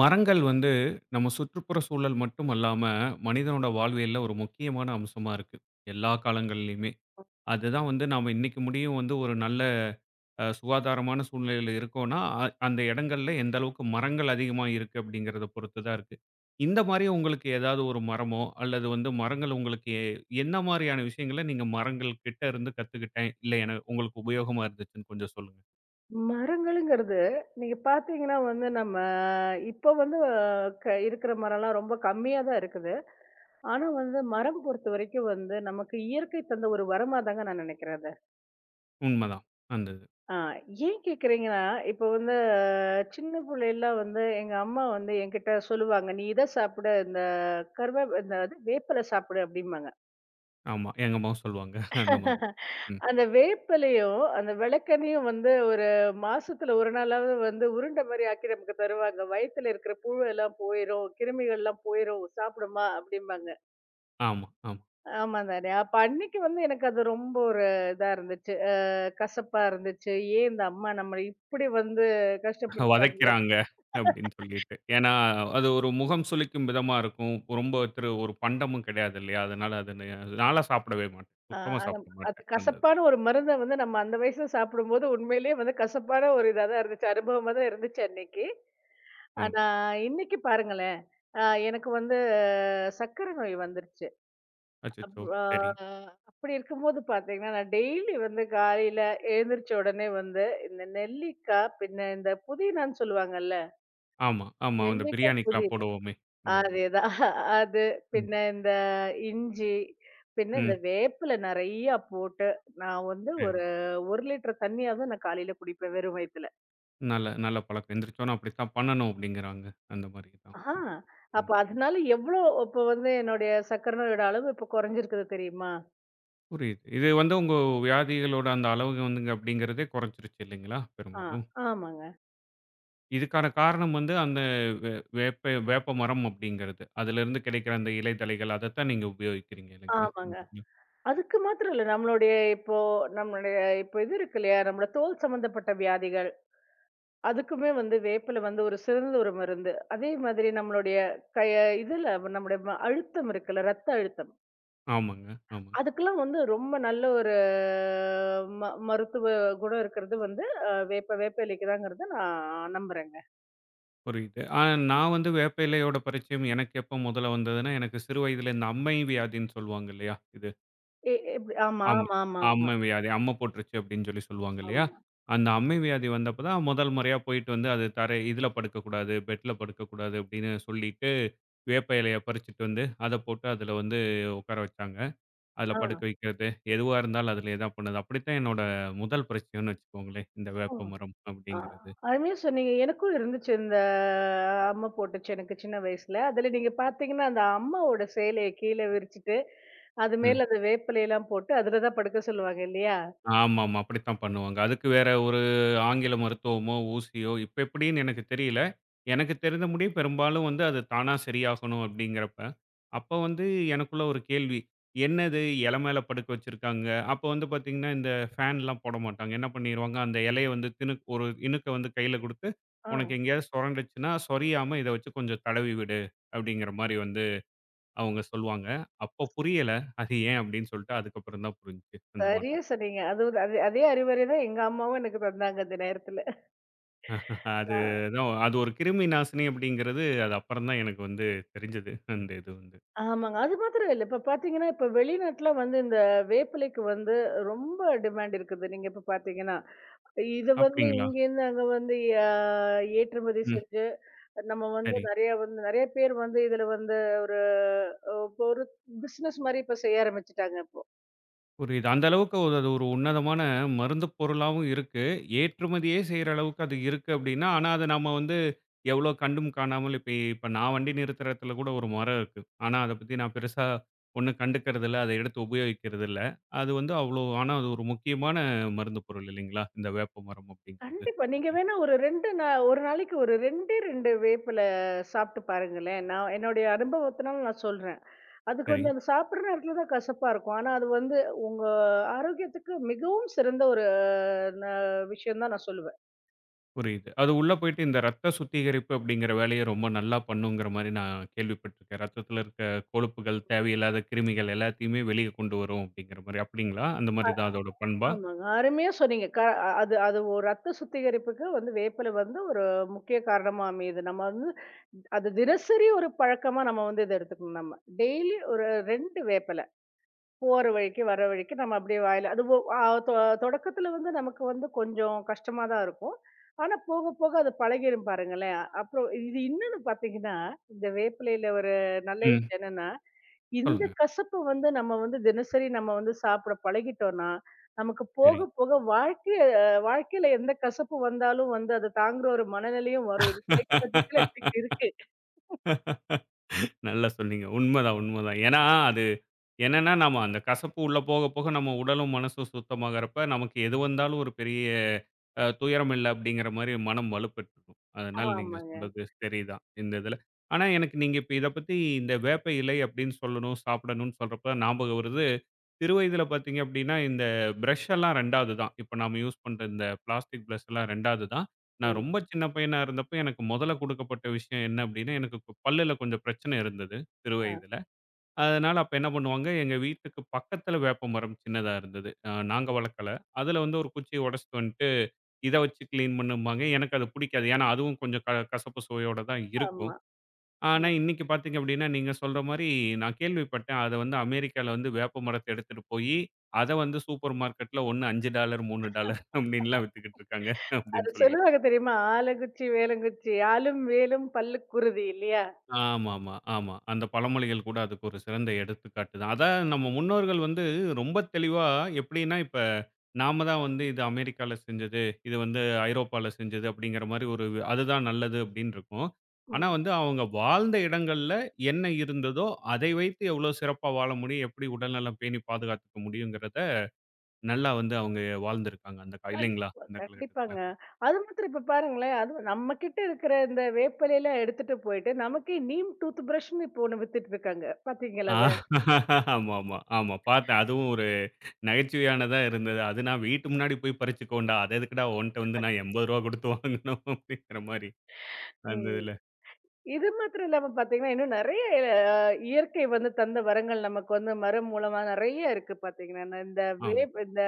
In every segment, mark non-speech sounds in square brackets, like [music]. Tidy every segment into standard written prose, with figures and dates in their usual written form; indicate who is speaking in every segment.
Speaker 1: மரங்கள் வந்து நம்ம சுற்றுப்புற சூழல் மட்டும் அல்லாம, மனிதனோட வாழ்வியல்ல ஒரு முக்கியமான அம்சமா இருக்கு. எல்லா காலங்கள்லயுமே. அதுதான் வந்து நாம இன்னைக்கு முடியும் வந்து ஒரு நல்ல சுகாதாரமான சூழ்நிலையில இருக்கோம்னா, அந்த இடங்கள்ல எந்த அளவுக்கு மரங்கள் அதிகமா இருக்கு அப்படிங்கிறத பொறுத்து தான் இருக்கு. இந்த மாரி உங்களுக்கு ஏதாவது ஒரு மரமோ, அல்லது வந்து மரங்கள் உங்களுக்கு என்ன மாரியான விஷயங்கள நீங்க மரங்கள் கிட்ட இருந்து கத்துக்கிட்டேன், இல்ல என உங்களுக்கு உபயோகமா இருந்துச்சுன்னு கொஞ்சம் சொல்லுங்க.
Speaker 2: மரங்களுங்கிறது, நீங்க பார்த்தீங்கன்னா வந்து நம்ம இப்ப வந்து க இருக்கிற மரம்லாம் ரொம்ப கம்மியா தான் இருக்குது. ஆனா வந்து மரம் பொறுத்தவரைக்கும் வந்து நமக்கு இயற்கை தந்த ஒரு வரமா தாங்க நான் நினைக்கிறேன் அத.
Speaker 1: உண்மதான். அந்த இது.
Speaker 2: ஆ ஏன் கேட்கிறீங்கன்னா, இப்ப வந்து சின்ன பிள்ளைலாம் வந்து எங்க அம்மா வந்து என்கிட்ட சொல்லுவாங்க, "நீ இத சாப்பிடு, இந்த கருவே இந்த அது வேப்பில சாப்பிடு" அப்படிம்பாங்க.
Speaker 1: ஆமா. எங்க அம்மாவும் சொல்லுவாங்க. அந்த மாரி.
Speaker 2: [laughs]
Speaker 1: ம்.
Speaker 2: அந்த வேப்பிலையும், அந்த விளக்கெண்ணையும் வந்து ஒரு மாசத்துல 1 நாளாவது வந்து உருண்ட மாரி ஆக்கி நமக்கு தருவாங்க. "வயித்துல இருக்கிற புழு எல்லாம் போயிரும், கிருமிகள்லாம் போயிரும், சாப்பிடுமா" அப்படிம்பாங்க.
Speaker 1: ஆமா, ஆமா.
Speaker 2: ஆமா தானே. அப்ப அன்னைக்கு வந்து எனக்கு அது ரொம்ப ஒரு இதா இருந்துச்சு. கசப்பா இருந்துச்சு. ஏன் இந்த அம்மா நம்மள இப்படி வந்து கஷ்டப்படுத்துறாங்களே.
Speaker 1: வதைக்கிறாங்க அப்படின்னு சொல்லிட்டு. ஏன்னா, அது ஒரு முகம் சுளிக்கும் விதமா இருக்கும். ரொம்ப ஒரு பண்டமும் கிடையாது இல்லையா? அதனால அது நான்லாம் சாப்பிடவே மாட்டேன்.
Speaker 2: அ
Speaker 1: சுத்தமா
Speaker 2: அது
Speaker 1: சாப்பிட
Speaker 2: அது
Speaker 1: மாட்டேன். அந்த இது.
Speaker 2: கசப்பான ஒரு மருந்த வந்து நம்ம அந்த வயசுல சாப்பிடும்போது, உண்மையிலேயே வந்து கசப்பான ஒரு இதா தான் இருந்துச்சு. அனுபவமா தான் இருந்துச்சு அன்னைக்கு.
Speaker 1: ஆமா.
Speaker 2: ஆனா, இன்னைக்கு பாருங்களேன், அ எனக்கு வந்து சர்க்கரை நோய் வந்துருச்சு. அப்
Speaker 1: அச்சச்சோ!
Speaker 2: அ
Speaker 1: சரி.
Speaker 2: அப்படி இருக்கும்போது பார்த்தீங்கன்னா, நான் டெய்லி வந்து காலையில எழுந்திரிச்ச உடனே வந்து, இந்த நெல்லிக்கா, பின்ன இந்த புதினான்னு சொல்லுவாங்கல்ல,
Speaker 1: ஆமா, ஆமா. அந்த
Speaker 2: நெல்லிக்கா,
Speaker 1: பிரியாணிக்கெல்லாம்
Speaker 2: புதினா
Speaker 1: போடுவோமே! இந்த இதெல்லாம்.
Speaker 2: அதேதான். அது,
Speaker 1: ம்,
Speaker 2: பின்ன இந்த இஞ்சி, பின்ன இந்த
Speaker 1: ம்.
Speaker 2: வேப்பில நெறையா போட்டு, நான் வந்து
Speaker 1: சரி.
Speaker 2: ஒரு 1 லிட்டர் தண்ணியாவது நான் காலையில குடிப்பேன், வெறும் வயித்துல.
Speaker 1: நல்ல நல்ல பழக்கம். எந்திரிச்சோன அப்படித்தான் பண்ணணும் அப்படிங்கிறாங்க. அந்த மாரி தான்.
Speaker 2: ஆஹா!
Speaker 1: ம்.
Speaker 2: அப்ப அதனால எவ்ளோ இப்ப வந்து என்னுடைய சர்க்கரை நோயோட அளவு இப்ப குறைஞ்சிருக்குது தெரியுமா?
Speaker 1: புரியுது. இது வந்து உங்க வியாதிகளோட அந்த அளவு வந்துங்க அப்படிங்கிறதே குறைஞ்சிருச்சு இல்லைங்களா?
Speaker 2: ஆ,
Speaker 1: பெரும்பாலும்.
Speaker 2: ஆமாங்க,
Speaker 1: இதுக்கான காரணம் வந்து அந்த வே வேப்ப வேப்பமரம் அப்படிங்கிறது. அதிலிருந்து கிடைக்கிற அந்த இலை, தழைகள் அதத்தான் நீங்க உபயோகிக்கிறீங்க இல்லைங்களா?
Speaker 2: ஆமாங்க.
Speaker 1: ம்.
Speaker 2: அதுக்கு மாத்திரம் இல்ல. நம்மளுடைய இப்போ நம்மளுடைய இப்போ இது இருக்கு இல்லையா? நம்மளோட தோல் சம்பந்தப்பட்ட வியாதிகள், அதுக்குமே வந்து வேப்பில வந்து ஒரு சிறந்த ஒரு மருந்து. அதே மாதிரி நம்மளுடைய கய இதுல நம்முடைய அழுத்தம் இருக்குல்ல, ரத்த அழுத்தம்.
Speaker 1: ஆமாங்க, ஆமா.
Speaker 2: அதுக்கெல்லாம் வந்து ரொம்ப நல்ல ஒரு ம மருத்துவ குணம் இருக்கிறது வந்து அ வேப்ப வேப்ப இலைக்கு தாங்கிறத நான் நம்புறேங்க.
Speaker 1: புரியுது. நான் வந்து வேப்ப இலையோட பரிச்சயம் எனக்கு எப்ப முதல்ல வந்ததுன்னா, எனக்கு சிறு வயதில இந்த அம்மை வியாதின்னு சொல்லுவாங்க இல்லையா? இது
Speaker 2: எ எப்டி ஆமா,
Speaker 1: அம்
Speaker 2: ஆமா, ஆமா, ஆமா,
Speaker 1: அம்மை வியாதி. அம்ம போட்டுருச்சு அப்படின்னு சொல்லுவாங்க இல்லையா?
Speaker 2: ஆமா.
Speaker 1: அந்த அம்மை வியாதி வந்தப்ப தான் முதல் முறையா போயிட்டு வந்து அது தரை இதில படுக்கக்கூடாது, பெட்ல படுக்கக்கூடாது அப்படின்னு சொல்லிட்டு, வேப்ப இலைய பறிச்சுட்டு வந்து அத போட்டு அதில வந்து உட்கார வச்சாங்க. அதில
Speaker 2: ஆ.
Speaker 1: படுக்க வைக்கிறது. எதுவா இருந்தாலும் அதிலேயே தான் பண்ணுது. அப்படித்தான் என்னோட முதல் பிரச்சனைன்னு வச்சுக்கோங்களேன். இந்த
Speaker 2: ஓ!
Speaker 1: வேப்பமரம்
Speaker 2: ஆ
Speaker 1: அப்படிங்கிறது.
Speaker 2: அருமையா சொன்னீங்க. எனக்கும் இருந்துச்சு இந்த அம்மை போட்டுச்சு எனக்கு சின்ன வயசுல. அதுல நீங்க பார்த்தீங்கன்னா, அந்த அம்மாவோட சேலைய கீழ விரிச்சுட்டு, அது
Speaker 1: ம்.
Speaker 2: மேல அந்த வேப்பிலைலாம் போட்டு அதுல தான் படுக்க சொல்லுவாங்க இல்லையா?
Speaker 1: ஆமாமா. அப்படித்தான் பண்ணுவாங்க. அதுக்கு வேற ஒரு ஆங்கில மருத்துவமோ, ஊசியோ இப்ப எப்படின்னு எனக்கு தெரியல. எனக்கு தெரிந்த முடிய பெரும்பாலும் வந்து அது தானா சரியாகணும் அப்படிங்கிறப்ப, அப்ப வந்து எனக்குள்ள ஒரு கேள்வி. என்னது இல மேல படுக்க வச்சிருக்காங்க? அப்ப வந்து பார்த்தீங்கன்னா, இந்த ஃபேன்லாம் போட மாட்டாங்க. என்ன பண்ணிருவாங்க, அந்த இலைய வந்து ஒரு இணுக்க வந்து கையில குடுத்து,
Speaker 2: ஆ.
Speaker 1: "உனக்கு எங்கேயாவது சொரண்டுச்சுன்னா, சொரியாம இத வச்சு கொஞ்சம் தடவி விடு." அப்படிங்கிற மாரி வந்து அவங்க சொல்லுவாங்க. அப்ப புரியல. அது ஏன் அப்படின்னு சொல்லிட்டு அதுக்கப்புறம் தான் புரிஞ்சுச்சு அந்த
Speaker 2: சரியா
Speaker 1: மாற்றம்.
Speaker 2: சொன்னீங்க. அது ஒரு அதே அதே அறிவுரை தான் எங்க அம்மாவும் எனக்கு தந்தாங்க அந்த நேரத்துல.
Speaker 1: அது தான் அது ஒரு கிருமி நாசினி அப்படிங்கிறது, அது அப்புறம் தான் எனக்கு வந்து தெரிஞ்சது. அந்த இது வந்து.
Speaker 2: ஆமாங்க. அது மாத்திரம் இல்ல. இப்ப பார்த்தீங்கன்னா, இப்ப வெளிநாட்ல வந்து இந்த வேப்பிலைக்கு வந்து ரொம்ப டிமாண்ட் இருக்குது. நீங்க இப்ப பார்த்தீங்கன்னா. இத வந்து
Speaker 1: அப்படிங்களா?
Speaker 2: இங்கேருந்து அங்க வந்து அ ஏற்றுமதி
Speaker 1: ம்.
Speaker 2: செஞ்சு, நம்ம வந்து
Speaker 1: சரி.
Speaker 2: நெறைய பேர் வந்து இதுல வந்து ஒரு இப்போ ஒரு பிசினஸ் மாரி இப்ப செய்ய ஆரம்பிச்சுட்டாங்க இப்போ.
Speaker 1: புரியுது. அந்த அளவுக்கு ஒரு அது ஒரு உன்னதமான மருந்து பொருளாவும் இருக்கு. ஏற்றுமதியே செய்ற அளவுக்கு அது இருக்கு அப்படின்னா, ஆனா அத நம்ம வந்து எவ்வளோ கண்டும் காணாமல் இப்ப இப்ப நான் வண்டி நிறுத்துற இடத்துல கூட ஒரு மரம் இருக்கு. ஆனா அத பத்தி நான் பெருசா ஒண்ணும் கண்டுக்கறதில்ல. அத எடுத்து உபயோகிக்கிறதில்ல. அது வந்து அவ்வளோ ஆனா அது ஒரு முக்கியமான மருந்து பொருள் இல்லைங்களா? இந்த வேப்ப மரம் அப்படிங்கிறது.
Speaker 2: கண்டிப்பா. நீங்க வேணா ஒரு 2 நா 1 நாளைக்கு ஒரு 2, 2 வேப்பில சாப்பிட்டு பாருங்களேன். நான் என்னுடைய அனுபவத்தினால நான் சொல்றேன். அது
Speaker 1: சரி.
Speaker 2: கொஞ்சம் அது சாப்பிடுற நேரத்துல தான் கசப்பா இருக்கும். ஆனா அது வந்து உங்க ஆரோக்கியத்துக்கு மிகவும் சிறந்த ஒரு ந விஷயம் தான் நான் சொல்லுவேன்.
Speaker 1: புரியுது. அது உள்ள போயிட்டு இந்த ரத்த சுத்திகரிப்பு அப்படிங்கிற வேலைய ரொம்ப நல்லா பண்ணுங்கிற மாரி நான் கேள்விப்பட்டுருக்கேன். ரத்தத்தில இருக்க கொழுப்புகள், தேவையில்லாத கிருமிகள் எல்லாத்தையுமே வெளிய கொண்டு வரும் அப்படிங்கிற மாரி. அப்படிங்களா? அந்த மாரி தான் அதோட பண்பா?
Speaker 2: ஆமாங்க. அருமையா சொன்னீங்க. க அது அது ஒரு ரத்த சுத்திகரிப்புக்கு வந்து வேப்பிலை வந்து ஒரு முக்கிய காரணமா அமையுது. நம்ம வந்து அது தினசரி ஒரு பழக்கமா நம்ம வந்து இத எடுத்துக்கணும் நம்ம. டெய்லி ஒரு 2 வேப்பில. போற வழிக்கு, வர வழிக்கு நம்ம அப்படியே வாயில அது ஒ அ தொ தொடக்கத்துல வந்து நமக்கு வந்து கொஞ்சம் கஷ்டமா தான் இருக்கும். ஆனா போக, போக அது பழகிரும் பாருங்களேன். அப்புறம் இது இன்னொன்னு பார்த்தீங்கன்னா, இந்த வேப்பிலையில ஒரு நல்ல
Speaker 1: ம்.
Speaker 2: விஷயம் என்னன்னா, இந்த
Speaker 1: சொல்லுங்க.
Speaker 2: கசப்பு வந்து நம்ம வந்து தினசரி நம்ம வந்து சாப்பிட பழகிட்டோம்னா, நமக்கு போக,
Speaker 1: சரி.
Speaker 2: போக வாழ்க்கையில எந்த கசப்பு வந்தாலும் வந்து அத தாங்குற ஒரு மனநிலையும் வரும். இது சைக்காலஜிக்கலா
Speaker 1: [laughs]
Speaker 2: இருக்கு.
Speaker 1: நல்லா சொன்னீங்க. உண்மதான், உண்மதான். ஏன்னா, அது என்னன்னா, நாம அந்த கசப்பு உள்ள போக, போக நம்ம உடலும், மனசும் சுத்தமாகறப்ப, நமக்கு எது வந்தாலும் ஒரு பெரிய துயரம் இல்ல அப்படிங்கிற மாரி மனம் வலுப்பெற்றுக்கும். அதனால நீங்க
Speaker 2: ஆமாங்க.
Speaker 1: சொல்றது சரிதான், இந்த இதுல. ஆனா, எனக்கு நீங்க இப்ப இத பத்தி இந்த வேப்ப இலை அப்படின்னு சொல்லணும், சாப்பிடணும்னு சொல்றப்ப தான் ஞாபகம் வருது. சிறுவயதில பார்த்தீங்க அப்படின்னா, இந்த பிரஷ் எல்லாம் 2வது தான். இப்ப நாம யூஸ் பண்ற இந்த பிளாஸ்டிக் பிரஷ் எல்லாம் 2வது தான். நான்
Speaker 2: ம்.
Speaker 1: ரொம்ப சின்ன பையனா இருந்தப்ப எனக்கு முதல்ல குடுக்கப்பட்ட விஷயம் என்ன அப்டின்னா, எனக்கு பல்லுல கொஞ்சம் பிரச்சனை இருந்தது, சிறு
Speaker 2: ஆ,
Speaker 1: வயதில. அதனால அப்ப என்ன பண்ணுவாங்க, எங்க வீட்டுக்கு பக்கத்துல வேப்பமரம் சின்னதா இருந்தது. நாங்க வளர்க்கல. அதுல வந்து ஒரு குச்சிய உடைச்சிட்டு வந்துட்டு, இத வச்சு கிளீன் பண்ணும்பாங்க. எனக்கு அது பிடிக்காது. ஏன்னா, அதுவும் கொஞ்சம் கசப்பு சுவையோட தான் இருக்கும்.
Speaker 2: ஆமா.
Speaker 1: ஆனா, இன்னைக்கு பார்த்தீங்க அப்டின்னா, நீங்க சொல்ற மாரி நான் கேள்விப்பட்டேன். அத வந்து அமெரிக்கால வந்து வேப்ப மரத்த எடுத்துட்டு போயி, அத வந்து சூப்பர் மார்க்கெட்ல ஒண்ணு $5, $3 அப்டின்லாம் வித்துக்கிட்டு இருக்காங்க
Speaker 2: அது
Speaker 1: அப்டின்னு சொல்லி.
Speaker 2: சொல்லுவாங்க தெரியுமா? "ஆலங்குச்சி, வேலங்குச்சி, ஆலும் வேலும் பல்லுக்கு உறுதி" இல்லையா?
Speaker 1: ஆமாமா, ஆமா. ஆமா அந்த பழமொழிகள் கூட அதுக்கு ஒரு சிறந்த எடுத்துக்காட்டு தான். அதான் நம்ம முன்னோர்கள் வந்து ரொம்ப தெளிவா எப்படின்னா, இப்ப நாம தான் வந்து இது அமெரிக்கால செஞ்சது, இது வந்து ஐரோப்பால செஞ்சது அப்படிங்கிற மாரி ஒரு அதுதான் நல்லது அப்படின்னு இருக்கும். ஆனா
Speaker 2: ம்.
Speaker 1: வந்து அவங்க வாழ்ந்த இடங்கள்ல என்ன இருந்ததோ, அதை வைத்து எவ்வளோ சிறப்பா வாழ முடியும், எப்படி உடல்நலம் பேணி பாதுகாத்துக்க முடியுங்கிறத நல்லா வந்து அவங்க வாழ்ந்திருக்காங்க அந்த இல்லைங்களா?
Speaker 2: கண்டிப்பா,
Speaker 1: அந்த காலகட்டத்தில.
Speaker 2: கண்டிப்பாங்க. அது மாத்திரம் இப்ப பாருங்களேன், அதுவும் நம்ம கிட்ட இருக்கிற இந்த வேப்பிலைலாம் எடுத்துட்டு போயிட்டு, நமக்கே நீம் டூத் பிரஷ்ன்னு இப்போ ஒண்ணு வித்துட்டு இருக்காங்க. பார்த்தீங்களா
Speaker 1: ஆ
Speaker 2: அத?
Speaker 1: ஆமாமா. ஆமா. ஆமா பார்த்தேன். அதுவும் ஒரு நகைச்சுவையானதா இருந்தது. அது நான் வீட்டு முன்னாடி போய் பறிச்சுக்கோன்டா! அது எதுக்குடா உன்ட்ட வந்து நான் ரூ. 80 குடுத்து வாங்கணும் [laughs] அப்டிங்கிற மாரி அந்த
Speaker 2: ம்.
Speaker 1: இதுல.
Speaker 2: இது மாத்திரம் இல்லாம பார்த்தீங்கன்னா, இன்னும் நெறைய அ இயற்கை வந்து தந்த வரங்கள் நமக்கு வந்து மரம் மூலமா நெறைய இருக்கு பார்த்தீங்கன்னா. இந்த
Speaker 1: ஆமா.
Speaker 2: வேப் இந்த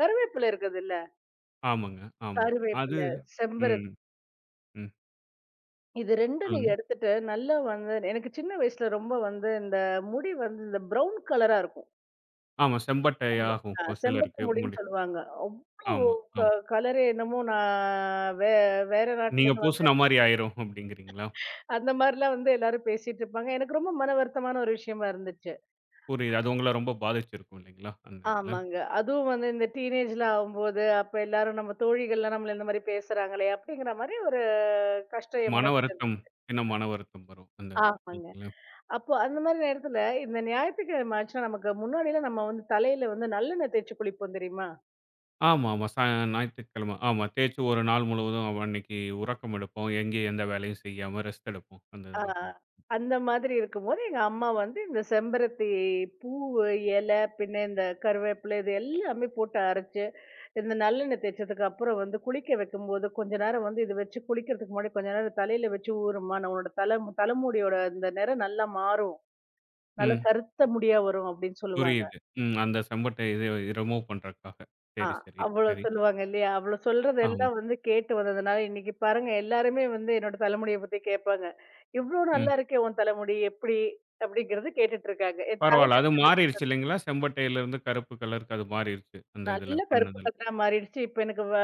Speaker 2: கருவேப்பிலை இருக்குதுல்ல,
Speaker 1: ஆமாங்க. ஆமா. அது
Speaker 2: கருவேப்பிலை, செம்பரு
Speaker 1: ம். ம்.
Speaker 2: இது 2ம் நீங்க
Speaker 1: சொல்லுங்க.
Speaker 2: எடுத்துட்டு, நல்லா வந்து எனக்கு சின்ன வயசுல ரொம்ப வந்து இந்த முடி வந்து இந்த ப்ரவுன் கலரா இருக்கும்.
Speaker 1: ஆமா. செம்பட்டை
Speaker 2: செம்ப
Speaker 1: ஆகும் ஒரு
Speaker 2: செம்பட்டு
Speaker 1: சிலருக்கு
Speaker 2: முடின்னு
Speaker 1: முடி.
Speaker 2: சொல்லுவாங்க. அவ்ளோ
Speaker 1: ஆமா, ஆமா.
Speaker 2: க கலரு என்னமோ நான் வேற
Speaker 1: நீங்க
Speaker 2: நாட்டுலேருந்து வந்து
Speaker 1: பூசுன மாரி ஆயிரும் அப்டிங்கிறீங்களா?
Speaker 2: அந்த மாரிலாம் வந்து எல்லாரும் பேசிட்டு இருப்பாங்க. எனக்கு ரொம்ப மன வருத்தமான ஒரு விஷயமா இருந்துச்சு.
Speaker 1: புரியுது. அது உங்கள ரொம்ப பாதிச்சிருக்கும் இல்லைங்களா? அந்த இதுல.
Speaker 2: ஆமாங்க. அதுவும் வந்து இந்த டீனேஜ்ல ஆகும்போது, அப்ப எல்லாரும் நம்ம தோழிகள்லாம் நம்மள இந்த மாரி பேசுறாங்களே! அப்படிங்கிற மாரி ஒரு கஷ்டம் என்
Speaker 1: மன
Speaker 2: மனசுல
Speaker 1: வருத்தம்,
Speaker 2: இருந்துச்சு.
Speaker 1: சின்ன மன வருத்தம் வரும் அந்த இதுல.
Speaker 2: ஆமாங்க.
Speaker 1: இல்லைங்களா?
Speaker 2: அப்போ அந்த மாரி நேரத்துல, இந்த ஞாயித்துக்கிழமை ஆச்சுனா, நமக்கு முன்னாடிலாம் நம்ம வந்து தலையில வந்து நல்லெண்ணெய் தேய்ச்சு குளிப்போம் தெரியுமா?
Speaker 1: ஆமாமா. ஞாயிற்றுக்கிழமை. ஆமா. தேய்ச்சு ஒரு நாள் முழுவதும் அவ அன்னைக்கு உறக்கம் எடுப்போம். எங்கேயும் எந்த வேலையும் செய்யாம ரெஸ்ட் எடுப்போம். அந்த
Speaker 2: ஆ.
Speaker 1: இதெல்லாம் பண்ண.
Speaker 2: அந்த மாதிரி இருக்கும்போது, எங்க அம்மா வந்து இந்த செம்பருத்தி பூவு, இலை, பின்ன இந்த கருவேப்பிலை இது எல்லாமே போட்டு அரைச்சு, இந்த நல்லெண்ணெய் தேய்ச்சதுக்கு அப்புறம் வந்து குளிக்க வைக்கும்போது, கொஞ்ச நேரம் வந்து இது வச்சு குளிக்கிறதுக்கு முன்னாடி கொஞ்ச நேரம் தலையில வச்சு ஊறும்மா, நான் உன்னோட தலைமுடியோட இந்த நிறம் நல்லா மாறும். நல்லா
Speaker 1: ம்.
Speaker 2: கருத்த முடியா வரும் அப்படின்னு சொல்லுவாங்க.
Speaker 1: புரியுது. ம். அந்த செம்பட்ட இது ரிமூவ் பண்றதுக்காக.
Speaker 2: ஆ,
Speaker 1: சரி, சரி,
Speaker 2: அவ்ளோ
Speaker 1: சரி.
Speaker 2: சொல்லுவாங்க இல்லையா? அவ்ளோ
Speaker 1: ஆமா.
Speaker 2: சொல்றதெல்லாம் வந்து கேட்டு வந்ததுனால, இன்னைக்கு பாருங்க எல்லாருமே வந்து என்னோட தலைமுடிய பத்தி கேட்பாங்க. "இவ்ளோ
Speaker 1: ம்.
Speaker 2: நல்லா இருக்கே உன் தலைமுடி எப்படி?" அப்படிங்கிறது கேட்டுட்டு இருக்காங்க. என்
Speaker 1: பரவால்ல.
Speaker 2: தாய்க்கு
Speaker 1: அது மாறிருச்சு இல்லைங்களா? செம்பட்டையிலருந்து கருப்பு கலருக்கு அது மாறிருச்சு. அந்த இதுல
Speaker 2: நல்ல கருப்பு
Speaker 1: பண்ணதுல.
Speaker 2: கலரா மாறிடுச்சு. இப்ப எனக்கு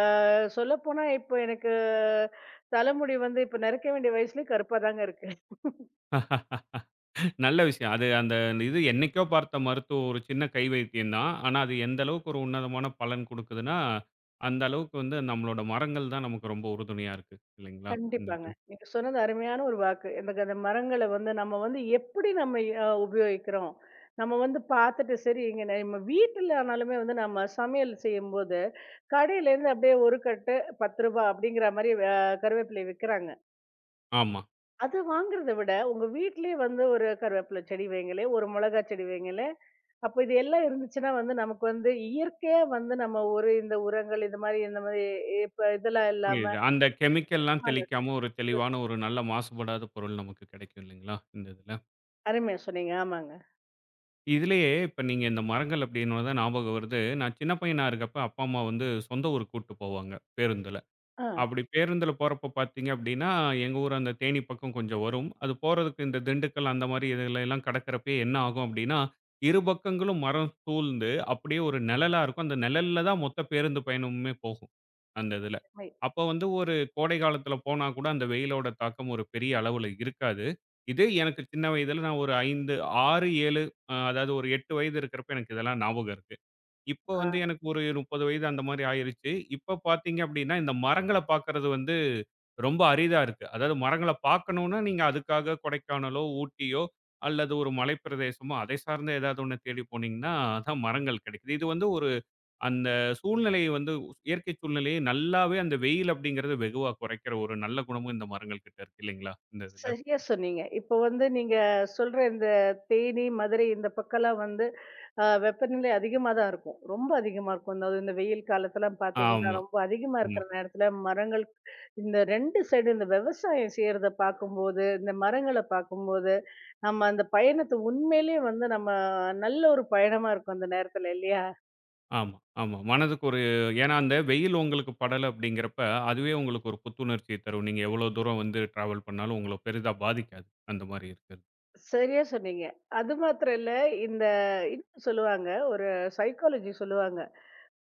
Speaker 2: சொல்லப்போனா இப்ப எனக்கு தலைமுடி வந்து இப்ப நெறைக்க வேண்டிய வயசுலயும் கருப்பா தாங்க இருக்கு.
Speaker 1: [laughs] நல்ல விஷயம். அது அந்த இது என்னைக்கோ பார்த்த மருத்துவம் ஒரு சின்ன கை வைத்தியம் தான். ஆனா, அது எந்த அளவுக்கு ஒரு உன்னதமான பலன் குடுக்குதுன்னா, அந்த அளவுக்கு வந்து நம்மளோட மரங்கள் தான் நமக்கு ரொம்ப உறுதுணையா இருக்கு. இல்லைங்களா? இந்த
Speaker 2: கண்டிப்பாங்க.
Speaker 1: இது.
Speaker 2: நீங்க சொன்னது அருமையான ஒரு வாக்கு. எனக்கு அந்த மரங்கள வந்து நம்ம வந்து எப்படி நம்ம உபயோகிக்கிறோம்? நம்ம வந்து பார்த்துட்டு சரி இங்க நம்ம வீட்டுல ஆனாலுமே வந்து நம்ம சமையல் செய்யும்போது கடையிலேருந்து அப்படியே ஒரு கட்டு ரூ. 10 ரூபாய் அப்படிங்கிற மாரி கருவேப்பிலை விக்கிறாங்க.
Speaker 1: ஆமா.
Speaker 2: அது வாங்குறத விட, உங்க வீட்லயே வந்து ஒரு கருவேப்பிலை செடி வைங்களேன், ஒரு மொளகா செடி வைங்களேன். அப்ப இது எல்லாம் இருந்துச்சுன்னா வந்து நமக்கு வந்து இயற்கையா வந்து நம்ம ஒரு இந்த உரங்கள் இது மாரி இந்த மாரி இப்ப இதெல்லாம் இல்லாம
Speaker 1: புரியுது. அந்த கெமிக்கல்லாம்
Speaker 2: ஆமாங்க,
Speaker 1: தெளிக்காம ஒரு தெளிவான ஒரு நல்ல மாசுபடாத பொருள் நமக்கு கிடைக்கும் இல்லைங்களா? இந்த இதுல.
Speaker 2: அருமையா சொன்னீங்க. ஆமாங்க.
Speaker 1: இதுலயே இப்ப நீங்க இந்த மரங்கள் அப்டின்னோன தான் ஞாபகம் வருது. நான் சின்ன பையனா இருக்கப்ப அப்பா, அம்மா வந்து சொந்த ஊருக்கு கூட்டு போவாங்க பேருந்துல.
Speaker 2: ஆ.
Speaker 1: அப்படி பேருந்துல போறப்ப பார்த்தீங்க அப்படின்னா, எங்க ஊர் அந்த தேனி பக்கம் கொஞ்சம் வரும். அது போறதுக்கு இந்த திண்டுக்கல் அந்த மாரி இதுல எல்லாம் கடக்கிறப்பயே என்ன ஆகும் அப்படின்னா, இரு பக்கங்களும் மரம் சூழ்ந்து அப்படியே ஒரு நிழலா இருக்கும். அந்த நிழல்ல தான் மொத்த பேருந்து பயணமுமே போகும், அந்த இதுல.
Speaker 2: மை
Speaker 1: அப்போ வந்து ஒரு கோடை காலத்துல போனா கூட அந்த வெயிலோட தாக்கம் ஒரு பெரிய அளவுல இருக்காது. இதே எனக்கு சின்ன வயதுல நான் ஒரு 5, 6, 7 அதாவது ஒரு 8 வயது இருக்கிறப்ப எனக்கு இதெல்லாம் ஞாபகம் இருக்கு. இப்ப
Speaker 2: ஆ.
Speaker 1: வந்து எனக்கு ஒரு 30 வயது அந்த மாரி ஆயிருச்சு. இப்ப பார்த்தீங்க அப்டின்னா, இந்த மரங்கள பார்க்கறது வந்து ரொம்ப அரிதா இருக்கு. அதாவது மரங்கள பார்க்கணும்னா, நீங்க அதுக்காக கொடைக்கானலோ, ஊட்டியோ அல்லது ஒரு மலைப்பிரதேசமோ, அதை சார்ந்த ஏதாவது ஒண்ண தேடி போனீங்கன்னா, அதான் மரங்கள் கெடைக்குது. இது வந்து ஒரு அந்த சூழ்நிலையை வந்து இயற்கை சூழ்நிலையை நல்லாவே அந்த வெயில் அப்டிங்கிறது வெகுவா குறைக்கிற ஒரு நல்ல குணமும் இந்த மரங்கள் கிட்ட இருக்கு இல்லைங்களா? இந்த இதுல.
Speaker 2: சரியா சொன்னீங்க. இப்போ வந்து நீங்க சொல்ற இந்த தேனி, மதுரை இந்த பக்கம்லாம் வந்து வெப்பநிலை அதிகமா தான் இருக்கும். ரொம்ப அதிகமா இருக்கும். அதாவது இந்த வெயில் காலத்துலாம் பார்த்தீங்கன்னா,
Speaker 1: ஆமா.
Speaker 2: ரொம்ப அதிகமா
Speaker 1: ம்.
Speaker 2: இருக்கிற நேரத்துல மரங்கள் இந்த 2 சைடு இந்த விவசாயம் செய்றத பார்க்கும்போது, இந்த மரங்கள பார்க்கும்போது, நம்ம அந்த பயணத்த உண்மையிலேயே வந்து நம்ம நல்ல ஒரு பயணமா இருக்கும் அந்த நேரத்துல இல்லையா?
Speaker 1: ஆமா, ஆமா. மனதுக்கு ஒரு ஏன்னா அந்த வெயில் உங்களுக்கு படல அப்படிங்கிறப்ப, அதுவே உங்களுக்கு ஒரு புத்துணர்ச்சிய தரும். நீங்க எவ்வளோ தூரம் வந்து டிராவல் பண்ணாலும் உங்கள பெரிதா பாதிக்காது. அந்த மாரி இருக்கிறது.
Speaker 2: சரியா சொன்னீங்க. அது மாத்திரம் இல்ல, இந்த இன்னும் சொல்லுவாங்க, ஒரு சைக்காலஜி சொல்லுவாங்க.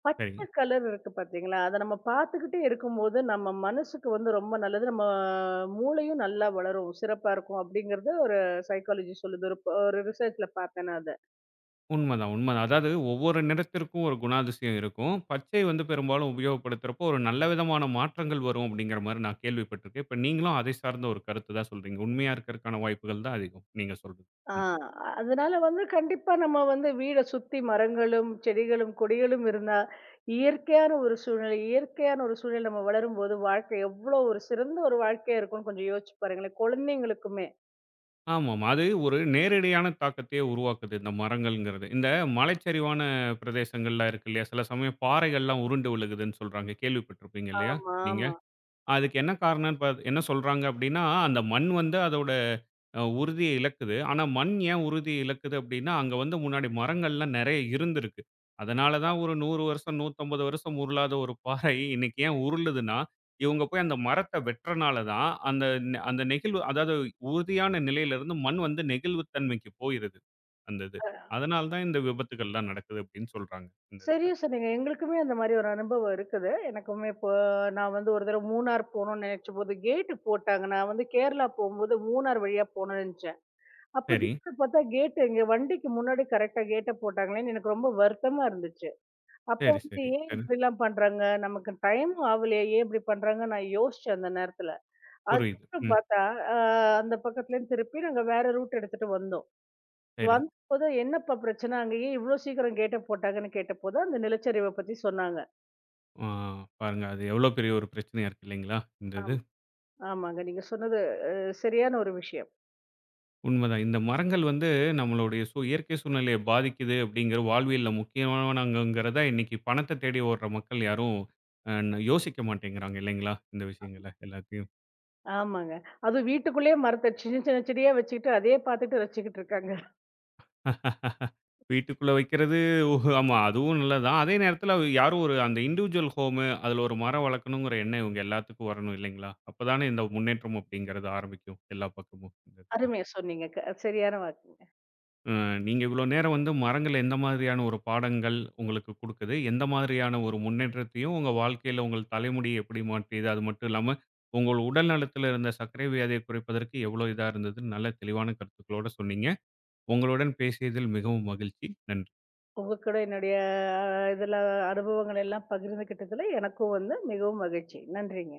Speaker 2: பச்சை
Speaker 1: சரிங்க.
Speaker 2: கலர் இருக்கு பார்த்தீங்களா? அத நம்ம பார்த்துக்கிட்டே இருக்கும்போது, நம்ம மனசுக்கு வந்து ரொம்ப நல்லது. நம்ம மூளையும் நல்லா வளரும். சிறப்பா இருக்கும் அப்படிங்கிறது ஒரு சைக்காலஜி சொல்லுது. ஒரு ஒரு ரிசர்ச்ல பார்த்தேன் நான் அத.
Speaker 1: உண்மதான், உண்மதான். அதாவது ஒவ்வொரு நிறத்திற்கும் ஒரு குணாதிசயம் இருக்கும். பச்சை வந்து பெரும்பாலும் உபயோகப்படுத்துறப்போ, ஒரு நல்ல விதமான மாற்றங்கள் வரும் அப்படிங்கிற மாரி நான் கேள்விப்பட்டிருக்கேன். இப்ப நீங்களும் அதை சார்ந்த ஒரு கருத்து தான் சொல்றீங்க. உண்மையா இருக்கறக்கான வாய்ப்புகள் தான் அதிகம். நீங்க சொல்றது.
Speaker 2: ஆ
Speaker 1: ம்.
Speaker 2: அதனால வந்து கண்டிப்பா நம்ம வந்து வீட சுத்தி மரங்களும், செடிகளும், கொடிகளும் இருந்தா, இயற்கையான ஒரு சூழ்நிலை நம்ம வளரும்போது, வாழ்க்கை எவ்வளோ ஒரு சிறந்த ஒரு வாழ்க்கையா இருக்கும்னு கொஞ்சம் யோசிச்சு பாருங்களேன். குழந்தைங்களுக்குமே.
Speaker 1: ஆமாமா. அது ஒரு நேரடியான தாக்கத்தையே உருவாக்குது, இந்த மரங்கள்ங்கிறது. இந்த மலைச்சரிவான பிரதேசங்கள்லாம் இருக்கு இல்லையா? சில சமயம் பாறைகள்லாம் உருண்டு விழுகுதுன்னு சொல்றாங்க. கேள்விப்பட்டிருப்பீங்க இல்லையா?
Speaker 2: ஆமா,
Speaker 1: நீங்க?
Speaker 2: ஆமா.
Speaker 1: அதுக்கு என்ன காரணம்ன்னு என்ன சொல்றாங்க அப்படின்னா, அந்த மண் வந்து அதோட உறுதிய இழக்குது. ஆனா, மண் ஏன் உறுதிய இழக்குது அப்படின்னா, அங்க வந்து முன்னாடி மரங்கள்லாம் நெறைய இருந்திருக்கு. அதனால தான் ஒரு 100 வருஷம், 150 வருஷம் உருளாத ஒரு பாறை இன்னைக்கு ஏன் உருளுதுன்னா, இவங்க போய் அந்த மரத்த வெட்டுறனால தான் அந்த அந்த நெகிழ்வு அதாவது உறுதியான நிலையிலிருந்து மண் வந்து நெகிழ்வு தன்மைக்கு போயிருது. அந்த இது.
Speaker 2: அ
Speaker 1: அதனால தான் இந்த விபத்துக்கள்லாம் நடக்குது அப்படின்னு சொல்றாங்க. இந்த இதுல.
Speaker 2: சரியா சொன்னீங்க. எங்களுக்குமே அந்த மாரி ஒரு அனுபவம் இருக்குது. எனக்குமே இப்போ நான் வந்து ஒரு தடவ மூணார் போணும்னு நெனச்சபோது, கேட் போட்டாங்க. நான் வந்து கேரளா போம்போது மூணார் வழியா போணும்னு நெனச்சேன். அப்போ
Speaker 1: சரி,
Speaker 2: திடீர்னு பார்த்தா கேட் எங்க வண்டிக்கு முன்னாடி கரெக்ட்டா கேட்ட போட்டாங்களேன்னு எனக்கு ரொம்ப வருத்தமா இருந்துச்சு. அப்போ
Speaker 1: சரி,
Speaker 2: வந்து
Speaker 1: சரி,
Speaker 2: ஏன்
Speaker 1: சரி.
Speaker 2: இப்படிலாம் பண்றாங்க? நமக்கு டைமும் ஆவலையே, ஏன் இப்படி பண்றாங்க? நான் யோசிச்சேன் அந்த நேரத்துல.
Speaker 1: புரியுது.
Speaker 2: அதுக்கப்புறம்
Speaker 1: ம்.
Speaker 2: பார்த்தா, அ அந்த பக்கத்துலேருந்து திருப்பி நாங்க வேற ரூட் எடுத்துட்டு வந்தோம்.
Speaker 1: சரி.
Speaker 2: வந்தபோது என்னப்பா பிரச்சனை? அங்க ஏன் இவ்ளோ சீக்கிரம் கேட்ட போட்டாங்கன்னு கேட்டபோது, அந்த நிலச்சரிவ பத்தி சொன்னாங்க.
Speaker 1: ஆ, பாருங்க. அது எவ்வளோ பெரிய ஒரு பிரச்சனையா இருக்கு இல்லைங்களா? இந்த இது.
Speaker 2: ஆம். ஆமாங்க. நீங்க சொன்னது சரியான ஒரு விஷயம்.
Speaker 1: உண்மதான். இந்த மரங்கள் வந்து நம்மளுடைய இயற்கை சூழ்நிலைய பாதிக்குது அப்படிங்கிற வாழ்வியல்ல முக்கியமானவங்கங்கிறத இன்னைக்கு பணத்த தேடி ஓடுற மக்கள் யாரும் அ யோசிக்க மாட்டேங்கிறாங்க இல்லைங்களா? இந்த விஷயங்கள எல்லாத்தையும்.
Speaker 2: ஆமாங்க. அதுவும் வீட்டுக்குள்ளேயே மரத்த சின்ன சின்ன செடியா வச்சுக்கிட்டு, அதையே பார்த்துட்டு ரசிச்சுக்கிட்டு இருக்காங்க.
Speaker 1: [laughs] வீட்டுக்குள்ள வைக்கிறது ஓ, ஆமா அதுவும் நல்லதுதான். அதே நேரத்தில யாரும் ஒரு அந்த இண்டிவிஜுவல் ஹோமு அதில ஒரு மரம் வளர்க்கணுங்கிற எண்ணம் இவங்க எல்லாத்துக்கும் வரணும் இல்லைங்களா? அப்பதானே இந்த முன்னேற்றம் அப்படிங்கிறது ஆரம்பிக்கும் எல்லா பக்கமும். இந்த இதுல.
Speaker 2: அருமையா சொன்னீங்க. சரியான வாக்குங்க.
Speaker 1: அ நீங்க இவ்வளோ நேரம் வந்து மரங்கள் எந்த மாதிரியான ஒரு பாடங்கள் உங்களுக்கு குடுக்குது? எந்த மாதிரியான ஒரு முன்னேற்றத்தையும் உங்க வாழ்க்கையில உங்கள் தலைமுடி எப்படி மாற்றியது? அது மட்டும் இல்லாம, உங்கள் உடல் நலத்தில இருந்த சர்க்கரை வியாதியை குறைப்பதற்கு எவ்வளோ இதா இருந்ததுன்னு நல்ல தெளிவான கருத்துக்களோட சொன்னீங்க. உங்களுடன் பேசியதில் மிகவும் மகிழ்ச்சி. நன்றி.
Speaker 2: உங்க கூட என்னுடைய இதெல்லாம் அனுபவங்கள் எல்லாம் பகிர்ந்துக்கிட்டதுல எனக்கும் வந்து மிகவும் மகிழ்ச்சி. நன்றிங்க.